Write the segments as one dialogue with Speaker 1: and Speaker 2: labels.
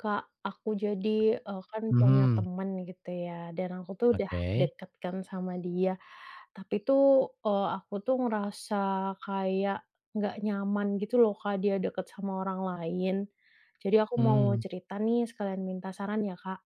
Speaker 1: Kak, aku kan punya
Speaker 2: Mhm,
Speaker 1: temen gitu ya, dan aku tuh udah
Speaker 2: oke,
Speaker 1: deket kan sama dia. Tapi tuh, aku tuh ngerasa kayak nggak nyaman gitu loh, Kak, dia deket sama orang lain. Jadi aku mau
Speaker 2: hmm
Speaker 1: cerita nih sekalian minta saran ya, Kak.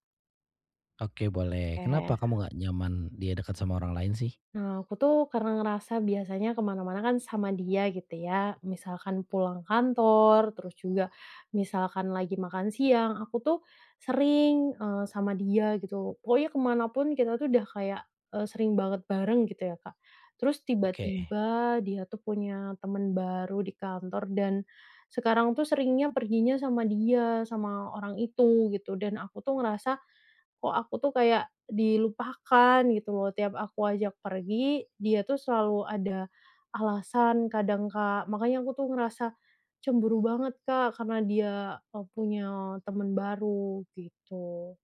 Speaker 2: oke boleh. Kenapa
Speaker 1: Oke.
Speaker 2: kamu nggak nyaman dia dekat sama orang lain sih?
Speaker 1: Nah, aku tuh karena ngerasa biasanya kemana-mana kan sama dia gitu ya, misalkan pulang kantor, terus juga misalkan lagi makan siang, aku tuh sama dia gitu. Pokoknya kemana pun kita tuh udah kayak, sering banget bareng gitu ya, Kak. Terus
Speaker 2: Oke,
Speaker 1: tiba-tiba dia tuh punya temen baru di kantor dan sekarang tuh seringnya perginya sama dia, sama orang itu gitu, dan aku tuh ngerasa kok aku tuh kayak dilupakan gitu loh. Tiap aku ajak pergi, dia tuh selalu ada alasan kadang, Kak. Makanya aku tuh ngerasa cemburu banget, Kak, karena dia punya temen baru gitu.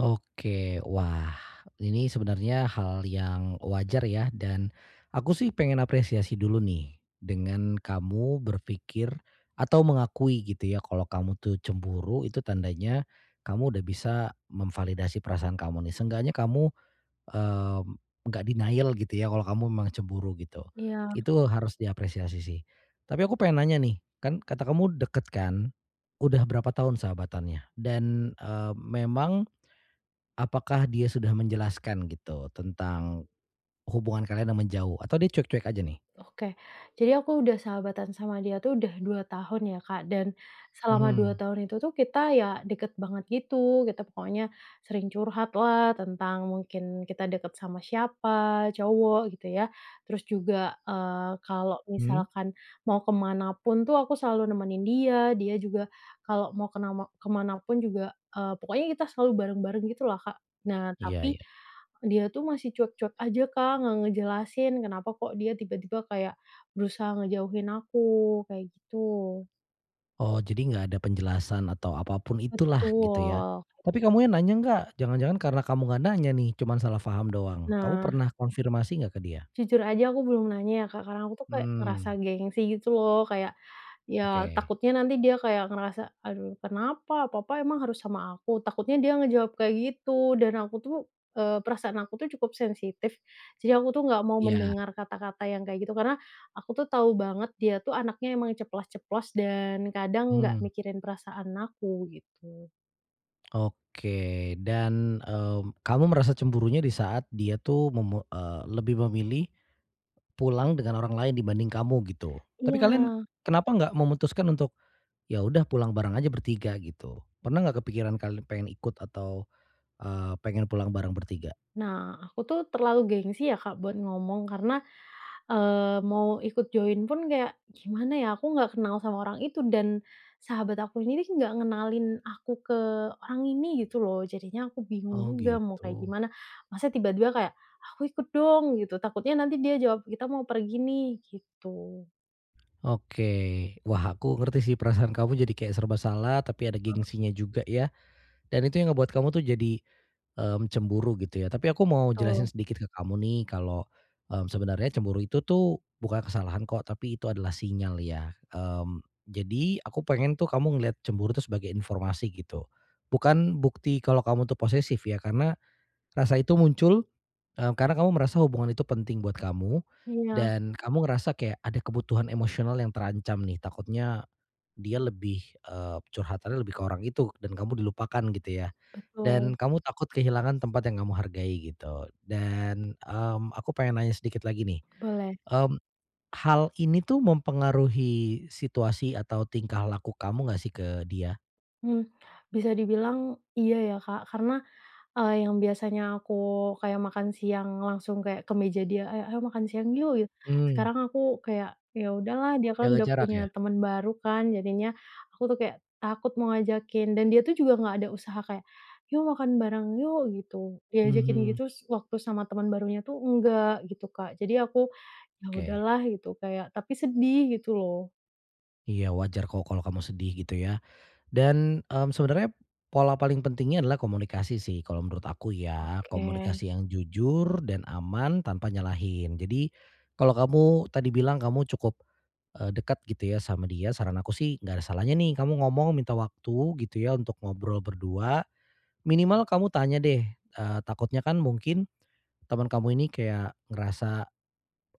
Speaker 2: oke. Wah, ini sebenarnya hal yang wajar ya, dan aku sih pengen apresiasi dulu nih dengan kamu berpikir atau mengakui gitu ya kalau kamu tuh cemburu. Itu tandanya kamu udah bisa memvalidasi perasaan kamu nih. Seenggaknya kamu Mmm, nggak denial gitu ya kalau kamu memang cemburu gitu.
Speaker 1: Iya.
Speaker 2: Itu harus diapresiasi sih. Tapi aku pengen nanya nih, kan kata kamu deket kan? Udah berapa tahun sahabatannya? Dan, memang apakah dia sudah menjelaskan gitu tentang hubungan kalian yang menjauh, atau dia cuek-cuek aja nih?
Speaker 1: Oke. Jadi aku udah sahabatan sama dia tuh udah 2 tahun ya, Kak, dan selama
Speaker 2: Mhm.
Speaker 1: 2 tahun itu tuh kita ya deket banget gitu, kita pokoknya sering curhat lah tentang mungkin kita deket sama siapa, cowok gitu ya. Terus juga, kalau
Speaker 2: Hmm.
Speaker 1: misalkan mau kemana pun tuh aku selalu nemenin dia, dia juga kalau mau ke nama ke pun juga, pokoknya kita selalu bareng-bareng gitulah, Kak. Nah
Speaker 2: Iya,
Speaker 1: tapi
Speaker 2: iya.
Speaker 1: dia tuh masih cuek-cuek aja, Kak, nggak ngejelasin kenapa kok dia tiba-tiba kayak berusaha ngejauhin aku, kayak gitu.
Speaker 2: Oh, jadi nggak ada penjelasan atau apapun itulah gitu ya.
Speaker 1: Betul.
Speaker 2: Tapi kamu yang nanya nggak? Jangan-jangan karena kamu nggak nanya nih cuman salah paham doang. Kamu
Speaker 1: Nah,
Speaker 2: pernah konfirmasi nggak ke dia?
Speaker 1: jujur aja aku belum nanya ya, Kak, karena aku tuh kayak
Speaker 2: Mmm.
Speaker 1: ngerasa gengsi gitu loh, kayak, ya
Speaker 2: Oke.
Speaker 1: takutnya nanti dia kayak ngerasa, "Aduh kenapa? Papa emang harus sama aku?" Takutnya dia ngejawab kayak gitu dan aku tuh, perasaan aku tuh cukup sensitif, jadi aku tuh nggak mau
Speaker 2: Iya.
Speaker 1: mendengar kata-kata yang kayak gitu, karena aku tuh tahu banget dia tuh anaknya emang ceplas-ceplos dan kadang nggak
Speaker 2: Mmm.
Speaker 1: mikirin perasaan aku gitu.
Speaker 2: Oke. Dan, kamu merasa cemburunya di saat dia tuh lebih memilih pulang dengan orang lain dibanding kamu gitu. Tapi kalian
Speaker 1: Iya.
Speaker 2: kenapa nggak memutuskan untuk, ya udah, pulang bareng aja bertiga gitu? Pernah nggak kepikiran kalian pengen ikut, atau, pengen pulang bareng bertiga?
Speaker 1: Nah, aku tuh terlalu gengsi ya, Kak, buat ngomong karena mau ikut join pun kayak, gimana ya, aku nggak kenal sama orang itu dan sahabat aku ini nggak ngenalin aku ke orang ini gitu loh, jadinya aku bingung
Speaker 2: Oh
Speaker 1: juga mau
Speaker 2: gitu.
Speaker 1: kayak gimana. Masa tiba-tiba kayak, "Aku ikut dong," gitu, takutnya nanti dia jawab, "Kita mau pergi nih," gitu.
Speaker 2: Oke. Wah, aku ngerti sih perasaan kamu, jadi kayak serba salah, tapi ada gengsinya juga ya. Dan itu yang ngebuat kamu tuh jadi cemburu gitu ya. Tapi aku mau jelasin
Speaker 1: Betul.
Speaker 2: sedikit ke kamu nih kalau, sebenarnya cemburu itu tuh bukan kesalahan kok, tapi itu adalah sinyal ya. Jadi aku pengen tuh kamu ngelihat cemburu itu sebagai informasi gitu. Bukan bukti kalau kamu tuh posesif ya, karena rasa itu muncul, karena kamu merasa hubungan itu penting buat kamu,
Speaker 1: Iya,
Speaker 2: dan kamu ngerasa kayak ada kebutuhan emosional yang terancam nih. Takutnya dia lebih, curhatannya lebih ke orang itu dan kamu dilupakan gitu ya. Dan
Speaker 1: betul.
Speaker 2: kamu takut kehilangan tempat yang kamu hargai gitu. Dan, aku pengen nanya sedikit lagi nih,
Speaker 1: Boleh.
Speaker 2: mmm, hal ini tuh mempengaruhi situasi atau tingkah laku kamu nggak sih ke dia?
Speaker 1: Mmm, bisa dibilang iya ya, Kak, karena, yang biasanya aku kayak makan siang langsung kayak ke meja dia, "Ayo ayo makan siang yuk," gitu.
Speaker 2: Mmm,
Speaker 1: Sekarang aku kayak, ya udahlah dia kan
Speaker 2: Jaga
Speaker 1: udah
Speaker 2: jarak
Speaker 1: punya
Speaker 2: ya?
Speaker 1: teman baru kan, jadinya aku tuh kayak takut mau ngajakin dan dia tuh juga nggak ada usaha kayak, "Yuk makan bareng yuk," gitu. Diajakin
Speaker 2: Mhm,
Speaker 1: gitu s waktu sama teman barunya tuh enggak gitu, Kak. Jadi aku, ya
Speaker 2: oke.
Speaker 1: udahlah gitu kayak tapi sedih gitu loh.
Speaker 2: Iya, wajar kok kalau kamu sedih gitu ya. Dan, sebenarnya pola paling pentingnya adalah komunikasi sih kalau menurut aku ya.
Speaker 1: Oke,
Speaker 2: Komunikasi yang jujur dan aman tanpa nyalahin. Jadi kalau kamu tadi bilang kamu cukup dekat gitu ya sama dia, saran aku sih nggak ada salahnya nih kamu ngomong minta waktu gitu ya untuk ngobrol berdua. Minimal kamu tanya deh, takutnya kan mungkin teman kamu ini kayak ngerasa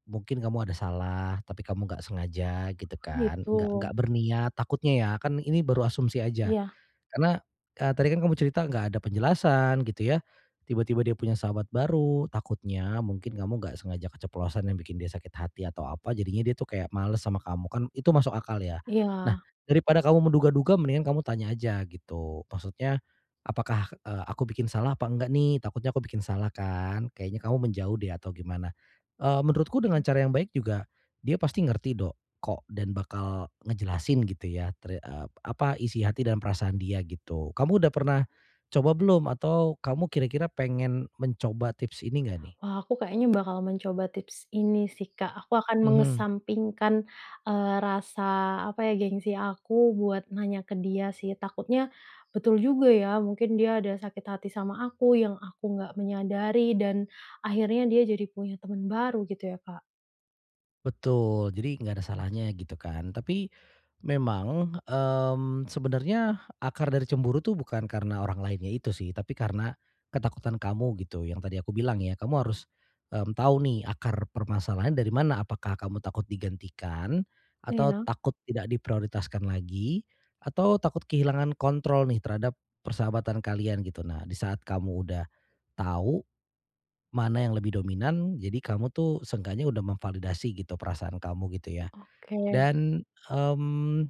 Speaker 2: mungkin kamu ada salah, tapi kamu nggak sengaja gitu
Speaker 1: oh
Speaker 2: kan,
Speaker 1: gitu.
Speaker 2: nggak berniat, takutnya ya, kan ini baru asumsi aja.
Speaker 1: Iya
Speaker 2: Karena, tadi kan kamu cerita nggak ada penjelasan gitu ya, tiba-tiba dia punya sahabat baru, takutnya mungkin kamu nggak sengaja keceplosan yang bikin dia sakit hati atau apa, jadinya dia tuh kayak males sama kamu, kan itu masuk akal ya. Nah,
Speaker 1: iya.
Speaker 2: daripada kamu menduga-duga, mendingan kamu tanya aja gitu, maksudnya, "Apakah, aku bikin salah apa enggak nih? Takutnya aku bikin salah kan, kayaknya kamu menjauh deh," atau gimana. Menurutku dengan cara yang baik juga, dia pasti ngerti kok dan bakal ngejelasin gitu ya apa isi hati dan perasaan dia gitu. Kamu udah pernah coba belum? Atau kamu kira-kira pengen mencoba tips ini nggak nih?
Speaker 1: Wah, aku kayaknya bakal mencoba tips ini sih, Kak. Aku akan
Speaker 2: Mhm.
Speaker 1: mengesampingkan, rasa apa ya, gengsi aku buat nanya ke dia sih. Takutnya betul juga ya, mungkin dia ada sakit hati sama aku yang aku nggak menyadari dan akhirnya dia jadi punya teman baru gitu ya, Kak?
Speaker 2: Betul, jadi nggak ada salahnya gitu kan. Tapi memang, sebenarnya akar dari cemburu tuh bukan karena orang lainnya itu sih, tapi karena ketakutan kamu gitu, yang tadi aku bilang ya. Kamu harus, tahu nih akar permasalahan dari mana, apakah kamu takut digantikan, atau
Speaker 1: Iya?
Speaker 2: takut tidak diprioritaskan lagi, atau takut kehilangan kontrol nih terhadap persahabatan kalian gitu. Nah, di saat kamu udah tahu mana yang lebih dominan, jadi kamu tuh seenggaknya udah memvalidasi gitu perasaan kamu gitu ya.
Speaker 1: Oke,
Speaker 2: Dan, mmm,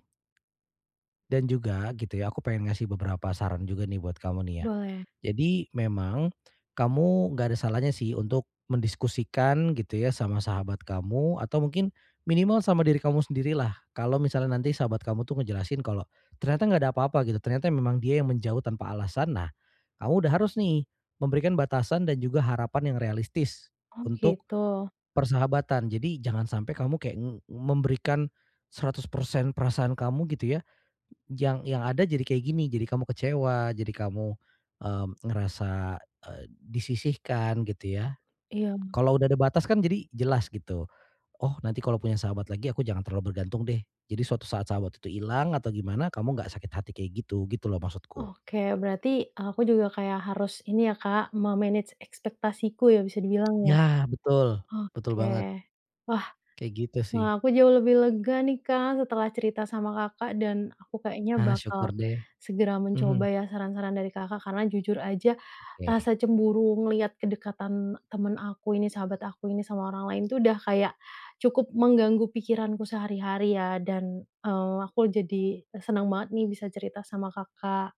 Speaker 2: dan juga gitu ya, aku pengen ngasih beberapa saran juga nih buat kamu nih ya.
Speaker 1: boleh.
Speaker 2: Jadi memang kamu nggak ada salahnya sih untuk mendiskusikan gitu ya sama sahabat kamu, atau mungkin minimal sama diri kamu sendirilah. Kalau misalnya nanti sahabat kamu tuh ngejelasin kalau ternyata nggak ada apa-apa gitu, ternyata memang dia yang menjauh tanpa alasan. Nah, kamu udah harus nih memberikan batasan dan juga harapan yang realistis
Speaker 1: Oh,
Speaker 2: untuk
Speaker 1: gitu?
Speaker 2: persahabatan. Jadi jangan sampai kamu kayak memberikan 100% perasaan kamu gitu ya, yang ada jadi kayak gini, jadi kamu kecewa, jadi kamu, ngerasa, disisihkan gitu ya.
Speaker 1: Iya.
Speaker 2: Kalau udah ada batas kan jadi jelas gitu, "Oh, nanti kalau punya sahabat lagi aku jangan terlalu bergantung deh, jadi suatu saat sahabat itu hilang atau gimana kamu nggak sakit hati kayak gitu," gitu loh maksudku.
Speaker 1: Oke, berarti aku juga kayak harus ini ya, Kak, me-manage ekspektasiku ya bisa dibilang ya?
Speaker 2: Ya betul, betul
Speaker 1: Oke.
Speaker 2: banget,
Speaker 1: Wah
Speaker 2: kayak gitu sih.
Speaker 1: Wah, aku jauh lebih lega nih, Kak, setelah cerita sama Kakak dan aku kayaknya
Speaker 2: Ah, syukur
Speaker 1: bakal
Speaker 2: deh.
Speaker 1: segera
Speaker 2: Mhm,
Speaker 1: mencoba ya saran-saran dari Kakak, karena jujur aja
Speaker 2: oke.
Speaker 1: rasa cemburu ngelihat kedekatan temen aku ini, sahabat aku ini sama orang lain tuh udah kayak cukup mengganggu pikiranku sehari-hari ya dan aku jadi senang banget nih bisa cerita sama Kakak.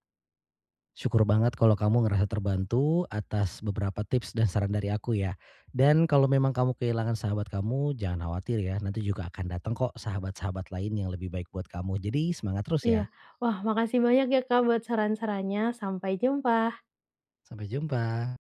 Speaker 2: Syukur banget kalau kamu ngerasa terbantu atas beberapa tips dan saran dari aku ya. Dan kalau memang kamu kehilangan sahabat kamu, jangan khawatir ya. Nanti juga akan datang kok sahabat-sahabat lain yang lebih baik buat kamu. Jadi semangat terus
Speaker 1: Iya.
Speaker 2: ya.
Speaker 1: Wah, makasih banyak ya, Kak, buat saran-sarannya. Sampai jumpa.
Speaker 2: Sampai jumpa.